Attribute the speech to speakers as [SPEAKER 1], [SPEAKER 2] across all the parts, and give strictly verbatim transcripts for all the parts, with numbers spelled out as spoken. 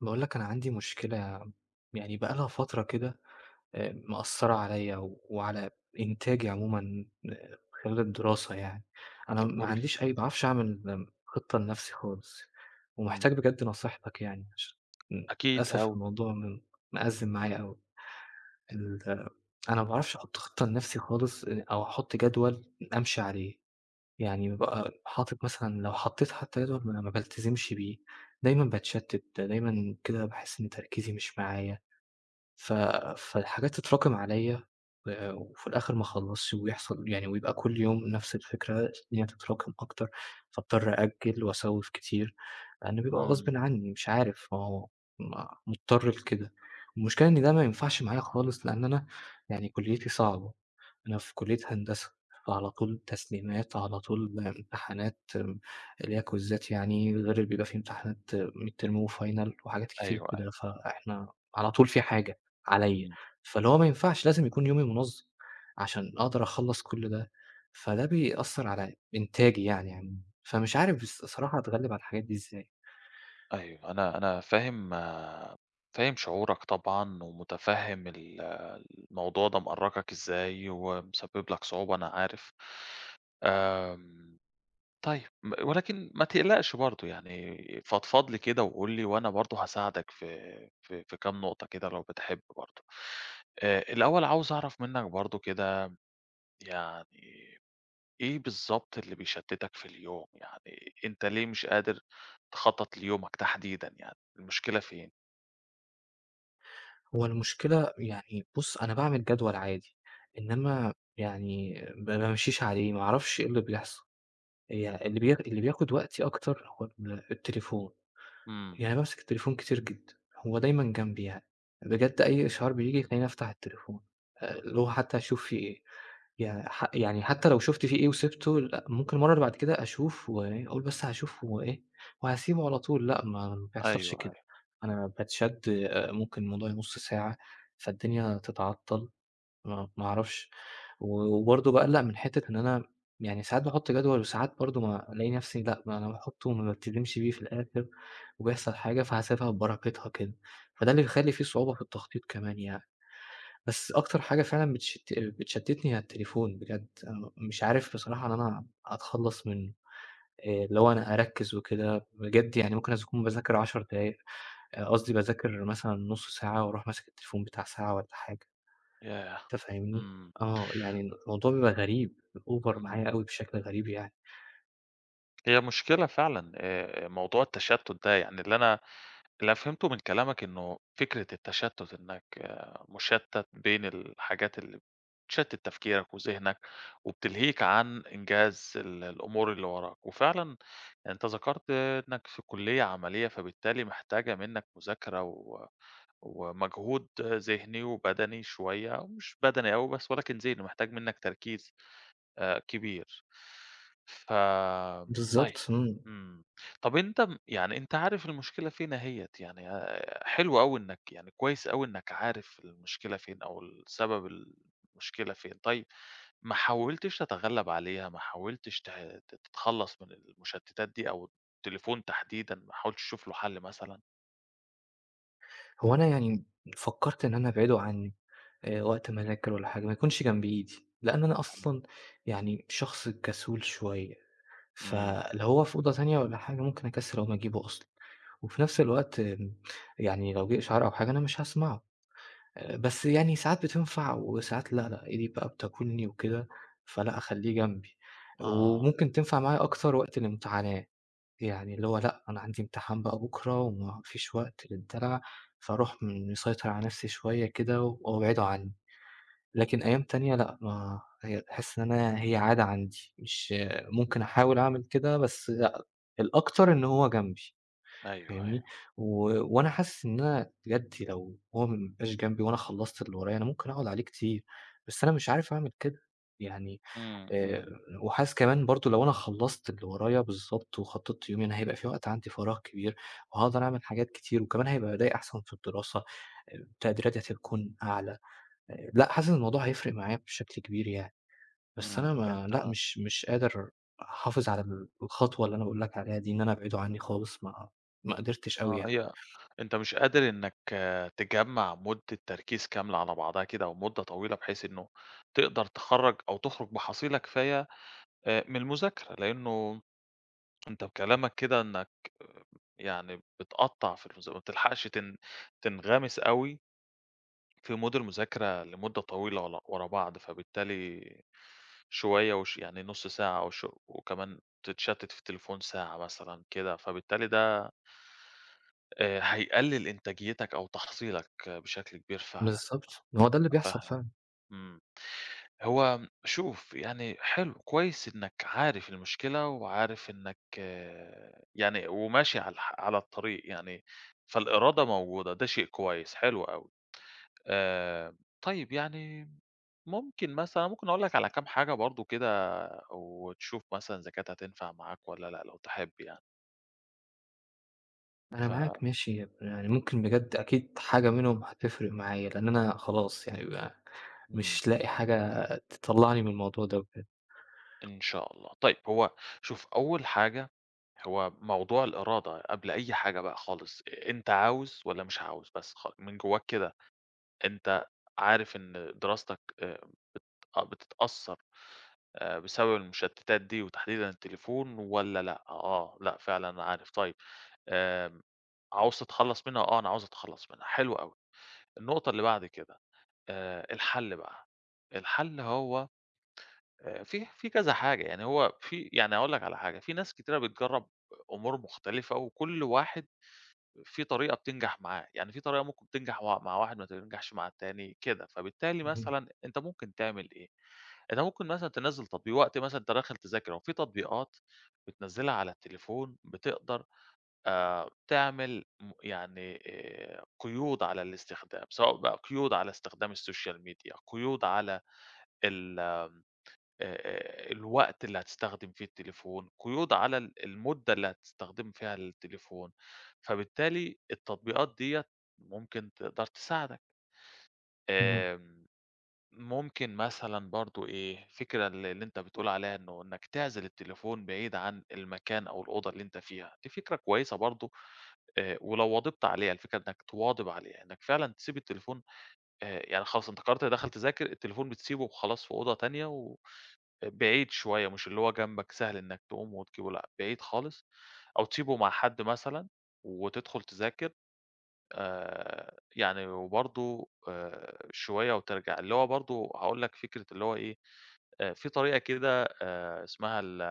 [SPEAKER 1] باقول لك أنا عندي مشكلة، يعني بقى لها فترة كده آآ مأثّرة عليّا و وعلى إنتاجي عمومًا آآ خلال الدراسة يعني. أنا
[SPEAKER 2] طب
[SPEAKER 1] ما
[SPEAKER 2] قُل لي.
[SPEAKER 1] عنديش أي ما باعرفش أعمل آه، خطة لنفسي خالص،
[SPEAKER 2] إمم،
[SPEAKER 1] ومحتاج بجد نصيحتك يعني عشان
[SPEAKER 2] أكيد
[SPEAKER 1] للأسف
[SPEAKER 2] أوي،
[SPEAKER 1] الموضوع م مأزِّم معايا أوي. ال أنا ما باعرفش أحُط خطة لنفسي خالص آآ أو أحُط جدول أمشي عليه. يعني بابقى حاطط مثلًا، لو حطيت حتى جدول ما ما بالتزمش بيه، دايمًا باتشتت، دايمًا كده باحس إن تركيزي مش معايا. ف فالحاجات تتراكم عليّا و وفي الآخر ما اخلّصش، ويحصل يعني، ويبقى كل يوم نفس الفكرة إن هي تتراكم أكتر، فاضطر أأجّل وأسوّف كتير، لإن بيبقى
[SPEAKER 2] إمم،
[SPEAKER 1] غصبٍ عني مش عارف، ما هو م مضطر لكده. المشكلة إن ده ما ينفعش معايا خالص، لإن أنا يعني كُلّيتي صعبة، أنا في كُلّية هندسة، فعلى طول تسليمات، على طول امتحانات م اللي هي كويزات يعني، غير اللي بيبقى في امتحانات midterm وfinal وحاجات كتير
[SPEAKER 2] أيوه، أيوه.
[SPEAKER 1] كده، فإحنا على طول في حاجة. عليّا،
[SPEAKER 2] إمم،
[SPEAKER 1] فاللي هو ما ينفعش، لازم يكون يومي منظم، عشان أقدر أخلّص كل ده، فده بيأثّر على إنتاجي يعني عمومًا، فمش عارف الص الصراحة أتغلّب على الحاجات دي إزاي؟
[SPEAKER 2] أيوه. أنا أنا فاهم آه، فاهم شعورك طبعًا، ومُتفهم ال الموضوع ده مأرّقك إزاي، ومسبب لك صعوبة أنا عارف. آمم، طيب م ولكن ما تقلقش برضه يعني، فضفض لي كده وقُل لي، وأنا برضه هاساعدك في في في كام نقطة كده لو بتحب برضه. آآ، الأول عاوز أعرف منك برضه كده يعني إيه بالضبط اللي بيشتتك في اليوم؟ يعني أنت ليه مش قادر تخطط ليومك تحديدًا يعني، المشكلة فين؟
[SPEAKER 1] هو المشكلة يعني بُص، أنا باعمل جدول عادي، إنما يعني ما بامشيش عليه، ما أعرفش إيه اللي بيحصل، هي اللي بي اللي بياخد وقتي أكتر هو ال التليفون،
[SPEAKER 2] إمم.
[SPEAKER 1] يعني بامسك التليفون كتير جدًا، هو دايمًا جنبي يعني، بجد أي إشعار بييجي يخلّيني أفتح التليفون، آآ اللي هو حتى أشوف في إيه. يع ح يعني حتى لو شُفت فيه إيه وسِبته، لأ، ممكن المَرّة اللي بعد كده أشوف وأقول بس هاشوف هو إيه، وهاسيبه على طول، لأ، ما ما
[SPEAKER 2] أيوه،
[SPEAKER 1] بيحصلش
[SPEAKER 2] أيوه.
[SPEAKER 1] كده، أنا باتشد آآ ممكن الموضوع نُص ساعة، فالدنيا تتعطّل، ما ما أعرفش، و وبرضه باقلّق من حتّة إن أنا يعني ساعات باحُط جدول، وساعات برضه ما ألاقي نَفْسي، لأ، ما أنا باحُطّه وما بالتزمش بيه في الآخر وبيحصل حاجة، فهاسيبها ببركتها كده، فده اللي بيخلّي في صعوبة في التخطيط كمان يعني. بس أكتر حاجة فعلًا بتشت بتشتتني هي التليفون بجد، أنا مش عارف بصراحة إن أنا أتخلّص منه، آآ اللي هو أنا أركّز وكده بجد يعني، ممكن أس أكون باذاكر عشر دقايق، آآ قصدي باذاكر مثلًا نُص ساعة وأروح ماسك التليفون بتاع ساعة والّا حاجة،
[SPEAKER 2] ياه!
[SPEAKER 1] أنت فاهمني؟
[SPEAKER 2] إمم،
[SPEAKER 1] آه، يعني الموضوع بيبقى غريب، أوفر
[SPEAKER 2] إمم.
[SPEAKER 1] معايا أوي بشكل غريب يعني.
[SPEAKER 2] هي مشكلة فعلًا آآ موضوع التشتت ده، يعني اللي أنا اللي فهمته من كلامك إنه فكرة التشتُّت، إنّك آه، مُشتَّت بين الحاجات اللي بتشتِّت تفكيرك وذهنك وبتلهيك عن إنجاز ال الأمور اللي وراك، وفعلًا أنت ذكرت إنّك في كُلّية عملية، فبالتالي محتاجة منّك مذاكرة و ومجهود ذهني وبدني شوية، مش بدني أوي بس ولكن ذهني، محتاج منّك تركيز آآ كبير. ف طيب.
[SPEAKER 1] بالضبط، إمم.
[SPEAKER 2] إمم. طَب أنت م يعني أنت عارف المشكلة فين أهيّة، يعني آآ حلو أوي إنّك يعني كويس أوي إنّك عارف المشكلة فين أو السبب المشكلة فين. طيب ما حاولتش تتغلّب عليها، ما حاولتش ت ت تتخلّص من المشتتات دي أو التليفون تحديدًا، ما حاولتش تشوف له حل مثلًا؟
[SPEAKER 1] هو أنا يعني فكّرت إن أنا أبعده عنّي آآ وقت ما أذاكر والّا حاجة، ما يكونش جنب إيدي، لإن أنا
[SPEAKER 2] حلو.
[SPEAKER 1] أصلًا يعني شخص كسول شوية.
[SPEAKER 2] إمم.
[SPEAKER 1] فلو هو في أوضة تانية والّا حاجة ممكن أكسّل أقوم أجيبه أصلًا، وفي نفس الوقت آمم، يعني لو جِه إشعار أو حاجة أنا مش هاسمعه، آآ، بس يعني ساعات بتنفع وساعات لأ، لأ، إيدي بقى بتاكلني وكده، فلأ أخلّيه جنبي،
[SPEAKER 2] آه.
[SPEAKER 1] وممكن تنفع معايا أكتر وقت الامتحانات، يعني اللي هو لأ، أنا عندي امتحان بقى بكرة وما فيش وقت للدلع، فاروح م مسيطر على نفسي شوية كده وأبعده عني. لكن أيام تانية لأ، ما هي باحس إن أنا هي عادة عندي، مش ممكن أحاول أعمل كده بس لأ، الأكتر إن هو جنبي
[SPEAKER 2] أيوه، أيوه.
[SPEAKER 1] فاهمني، و وأنا حاسس إن أنا بجد لو هو ما بقاش جنبي وأنا خلّصت اللي ورايا أنا ممكن أقعد عليه كتير، بس أنا مش عارف أعمل كده، يعني
[SPEAKER 2] إمم،
[SPEAKER 1] آآ
[SPEAKER 2] إمم،
[SPEAKER 1] وحاسس كمان برضه لو أنا خلّصت اللي ورايا بالضبط وخطّطت يومي أنا هيبقى في وقت عندي فراغ كبير، وهاقدر أعمل حاجات كتير وكمان هيبقى أدائي أحسن في الدراسة، آآ تقديراتي هتكون أعلى. لأ، حاسس إن الموضوع هيفرق معايا بشكل كبير يعني، بس
[SPEAKER 2] إمم.
[SPEAKER 1] أنا
[SPEAKER 2] أنت
[SPEAKER 1] ما لأ، مش مش قادر أحافظ على ال الخطوة اللي أنا باقول لك عليها دي، إن أنا أبعده عني خالص، ما ما قدرتش أوي
[SPEAKER 2] آه،
[SPEAKER 1] يعني.
[SPEAKER 2] هي أنت مش قادر إنّك آه، تجمّع مدة تركيز كاملة على بعضها كده أو مدة طويلة، بحيث إنه تقدر تخرّج أو تخرج بحصيلة كفاية آآ من المذاكرة، لإنه أنت بكلامك كده إنّك آه، يعني بتقطّع في المذا ما بتلحقش تن تنغمس أوي في mood المذاكرة لمدة طويلة ول ورا بعض، فبالتالي شوية وش يعني نُص ساعة وش وكمان تتشتت في التليفون ساعة مثلًا كده، فبالتالي ده آآ هيقلل إنتاجيتك أو تحصيلك آه، بشكل كبير فعلًا. آه،
[SPEAKER 1] بالضبط، ما هو ده اللي بيحصل
[SPEAKER 2] متفهم.
[SPEAKER 1] فعلًا.
[SPEAKER 2] إمم. هو شوف يعني حلو، كويس إنك عارف المشكلة وعارف إنك آه، يعني وماشي على الح على الطريق يعني، فالإرادة موجودة، ده شيء كويس، حلو أوي. آآ طيب يعني ممكن مثلًا ممكن أقول لك على كام حاجة برضه كده وتشوف مثلًا إذا كانت هتنفع معاك والّا لأ لو تحب يعني.
[SPEAKER 1] أنا
[SPEAKER 2] ف
[SPEAKER 1] معاك ماشي، يعني ممكن بجد أكيد حاجة منهم هتفرق معايا، لإن أنا خلاص يعني ب
[SPEAKER 2] إمم.
[SPEAKER 1] مش لاقي حاجة تطلّعني من الموضوع ده وكده.
[SPEAKER 2] إن شاء الله. طيب هو شوف أول حاجة، هو موضوع الإرادة قبل أي حاجة بقى خالص. أ أنت عاوز والّا مش عاوز بس خ من جواك كده، أنت عارف إن دراستك آآ آه، بتتأثّر آآ بسبب المشتتات دي وتحديدًا التليفون والّا لأ؟ آه، لأ فعلًا أنا عارف. طيب آمم عاوز تتخلّص منها؟ آه، أنا عاوز أتخلّص منها. حلو أوي. النقطة اللي بعد كده، آآ الحل بقى، الحل هو آآ في في كذا حاجة، يعني هو في يعني هاقول لك على حاجة. في ناس كتيرة بتجرّب أمور مختلفة وكل واحد في طريقة بتنجح معاه، يعني في طريقة ممكن تنجح مع مع واحد ما تنجحش مع التاني كده، فبالتالي
[SPEAKER 1] اهم،
[SPEAKER 2] مثلًا أنت ممكن تعمل إيه؟ أنت ممكن مثلًا تنزّل تطبيق وقت مثلًا أنت داخل تذاكر أهو. في تطبيقات بتنزّلها على التليفون بتقدر آآ تعمل م يعني آآ قيود على الاستخدام، سواء بقى قيود على استخدام السوشيال ميديا، قيود على ال آآ، الوقت اللي هتستخدم فيه التليفون، قيود على ال المدة اللي هتستخدم فيها التليفون، فبالتالي التطبيقات ديّة ممكن تقدر تساعدك.
[SPEAKER 1] اهم،
[SPEAKER 2] آمم. ممكن مثلًا برضه إيه، فكرة ال اللي أنت بتقول عليها إنه إنك تعزل التليفون بعيد عن المكان أو الأوضة اللي أنت فيها، دي فكرة كويسة برضه. آآ، ولو واظبت عليها، الفكرة إنك تواظب عليها، إنك فعلًا تسيب التليفون آآ يعني خلاص أنت قررت داخل تذاكر، التليفون بتسيبه وخلاص في أوضة تانية و بعيد شوية، مش اللي هو جنبك سهل إنك تقوم وتجيبه لأ، بعيد خالص أو تسيبه مع حد مثلًا وتدخل تذاكر آآ يعني وبرضه آآ شوية وترجع. اللي هو برضه هاقول لك فكرة اللي هو إيه، آآ في طريقة كده آآ اسمها ال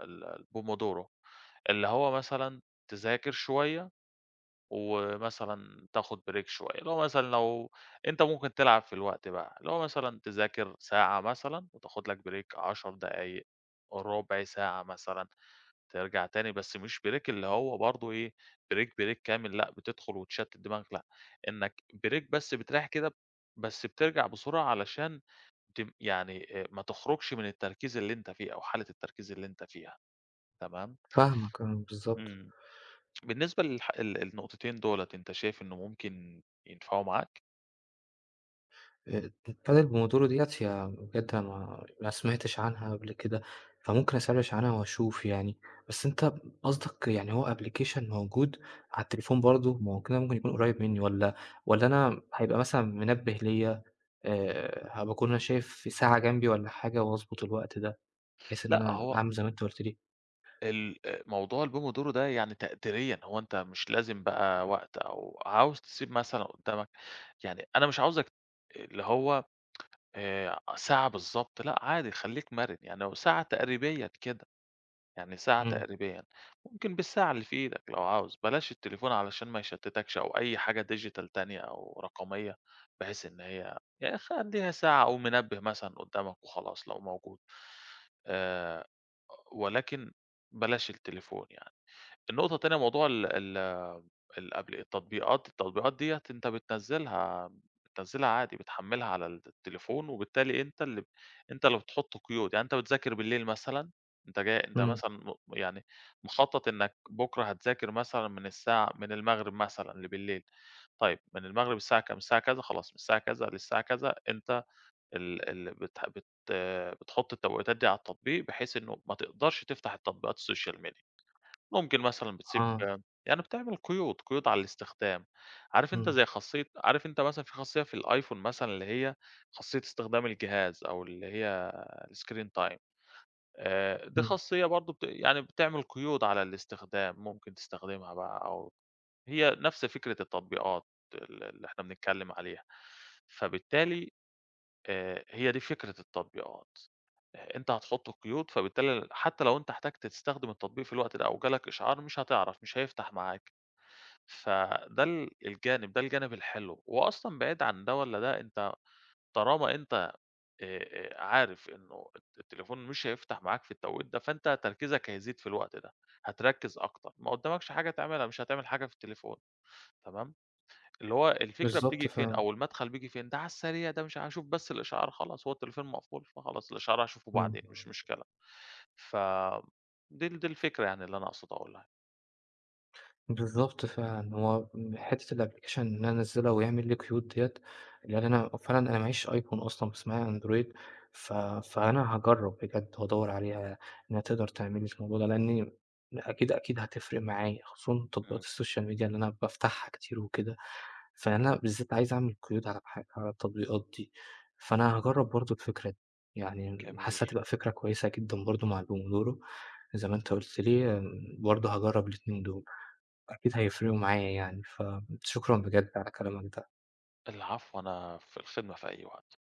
[SPEAKER 2] ال الPomodoro اللي هو مثلًا تذاكر شوية ومثلًا تاخد break شوية، اللي هو مثلًا لو أنت ممكن تلعب في الوقت بقى، اللي هو مثلًا تذاكر ساعة مثلًا وتاخد لك break 10 دقايق، ربع ساعة مثلًا، ترجع تاني، بس مش break اللي هو برضه إيه break break كامل لأ، بتدخل وتشتت دماغك لأ، إنك break بس بتريح كده بس بترجع بسرعة علشان تم يعني آآ ما تخرجش من التركيز اللي أنت فيه أو حالة التركيز اللي أنت فيها، تمام؟
[SPEAKER 1] فاهمك، آه، بالضبط.
[SPEAKER 2] إمم. بالنسبة للح ال النقطتين دُولة أنت شايف إنه ممكن ينفعوا معاك؟
[SPEAKER 1] آآ الPadel Pomodoro ديّة هي بجد أنا ما ما سمعتش عنها قبل كده، فممكن أسرِّش عنها وأشوف يعني. بس أنت قصدك يعني هو application موجود على التليفون برضه؟ ما هو كده ممكن يكون قريب منّي، والّا والّا أنا هيبقى مثلًا منبه ليّا، آآ هابقى أكون أنا شايف في ساعة جنبي والّا حاجة وأضبط الوقت ده، بحيث إن
[SPEAKER 2] لأ،
[SPEAKER 1] أنا
[SPEAKER 2] هو
[SPEAKER 1] أعمل زي ما أنت قُلت لي.
[SPEAKER 2] ال آآ موضوع البوم ودورُه ده يعني تقديريًا، هو أنت مش لازم بقى وقت أو عاوز تسيب مثلًا قدّامك، يعني أنا مش عاوزك اللي هو آآ ساعة بالضبط لأ، عادي خلّيك مَرِن، يعني لو ساعة تقريبيًا كده. يعني ساعة
[SPEAKER 1] إمم،
[SPEAKER 2] تقريبًا، ممكن بالساعة اللي في إيدك لو عاوز، بلاش التليفون علشان ما يشتتكش أو أي حاجة digital تانية أو رقمية، بحيث إن هي يعني خلّيها ساعة أو منبه مثلًا قدامك وخلاص لو موجود. آآ ولكن بلاش التليفون يعني. النقطة التانية موضوع ال ال ال قبل التطبيقات، التطبيقات ديّة أنت بتنزّلها بتنزّلها عادي، بتحمّلها على الت التليفون، وبالتالي أنت اللي ب أنت اللي بتحُط قيود، يعني أنت بتذاكر بالليل مثلًا، أنت جاي أنت
[SPEAKER 1] إمم،
[SPEAKER 2] مثلًا م يعني مخطّط إنّك بُكرة هتذاكر مثلًا من الساعة من المغرب مثلًا لبالليل، طيب من المغرب الساعة كام؟ الساعة كذا خلاص من الساعة كذا للساعة كذا أنت ال ال بتح بت بتحُط التوقيتات دي على التطبيق، بحيث إنه ما تقدرش تفتح التطبيقات السوشيال ميديا. ممكن مثلًا بتسيب
[SPEAKER 1] آه،
[SPEAKER 2] يعني بتعمل قيود، قيود على الاستخدام. عارف أنت
[SPEAKER 1] إمم،
[SPEAKER 2] زي خاصية عارف أنت مثلًا في خاصية في الآيفون مثلًا اللي هي خاصية استخدام الجهاز أو اللي هي الscreen time. آآ، دي
[SPEAKER 1] إمم،
[SPEAKER 2] خاصية برضه بت يعني بتعمل قيود على الاستخدام، ممكن تستخدمها بقى أو هي نفس فكرة التطبيقات ال اللي إحنا بنتكلم عليها. فبالتالي آآ، هي دي فكرة التطبيقات، آآ، أنت هتحط قيود فبالتالي حتى لو أنت احتجت تستخدم التطبيق في الوقت ده أو جالك إشعار مش هتعرف، مش هيفتح معاك، فده ال الجانب، ده الجانب الحلو، وأصلًا بعيد عن ده والّا ده أنت طالما أنت آآ، آآ، عارف إنه الت التليفون مش هيفتح معاك في التوقيت ده، فأنت تركيزك هيزيد في الوقت ده، هتركّز أكتر، ما قدامكش حاجة تعملها، مش هتعمل حاجة في التليفون، تمام؟ اللي هو الفكرة
[SPEAKER 1] بالضبط
[SPEAKER 2] بتيجي فين
[SPEAKER 1] فعلًا،
[SPEAKER 2] أو المدخل بييجي فين، ده على السريع ده مش ع هاشوف بس الإشعار خلاص، هو التليفون مقفول فخلاص الإشعار هاشوفه
[SPEAKER 1] إمم.
[SPEAKER 2] بعدين مش مشكلة. ف دي ال دي الفكرة يعني اللي أنا أقصد أقولها.
[SPEAKER 1] بالضبط فعلًا، هو حتّة الapplication إن أنا أنزّلها ويعمل لي قيود ديّة، لإن أنا فعلًا أنا ما معيش أيفون أصلًا بس معايا أندرويد، ف فأنا هاجرّب بجد وأدوّر عليها إنّها تقدر تعمل لي الموضوع ده، لإنّي أكيد، أكيد هتفرق معايا، خصوصًا تطبيقات
[SPEAKER 2] إمم،
[SPEAKER 1] السوشيال ميديا اللي أنا بافتحها كتير وكده، فأنا بالذات عايز أعمل قيود على الح على التطبيقات دي، فأنا هاجرّب برضه الفكرة دي، يعني
[SPEAKER 2] جميل.
[SPEAKER 1] حاسّة هتبقى فكرة كويسة جدًا برضه مع الPomodoro زي ما أنت قُلت لي، برضه هاجرّب الاتنين دول. أكيد هيفرقوا معايا يعني، فشكرًا بجد على كلامك ده.
[SPEAKER 2] العفو، أنا في الخدمة في أي وقت.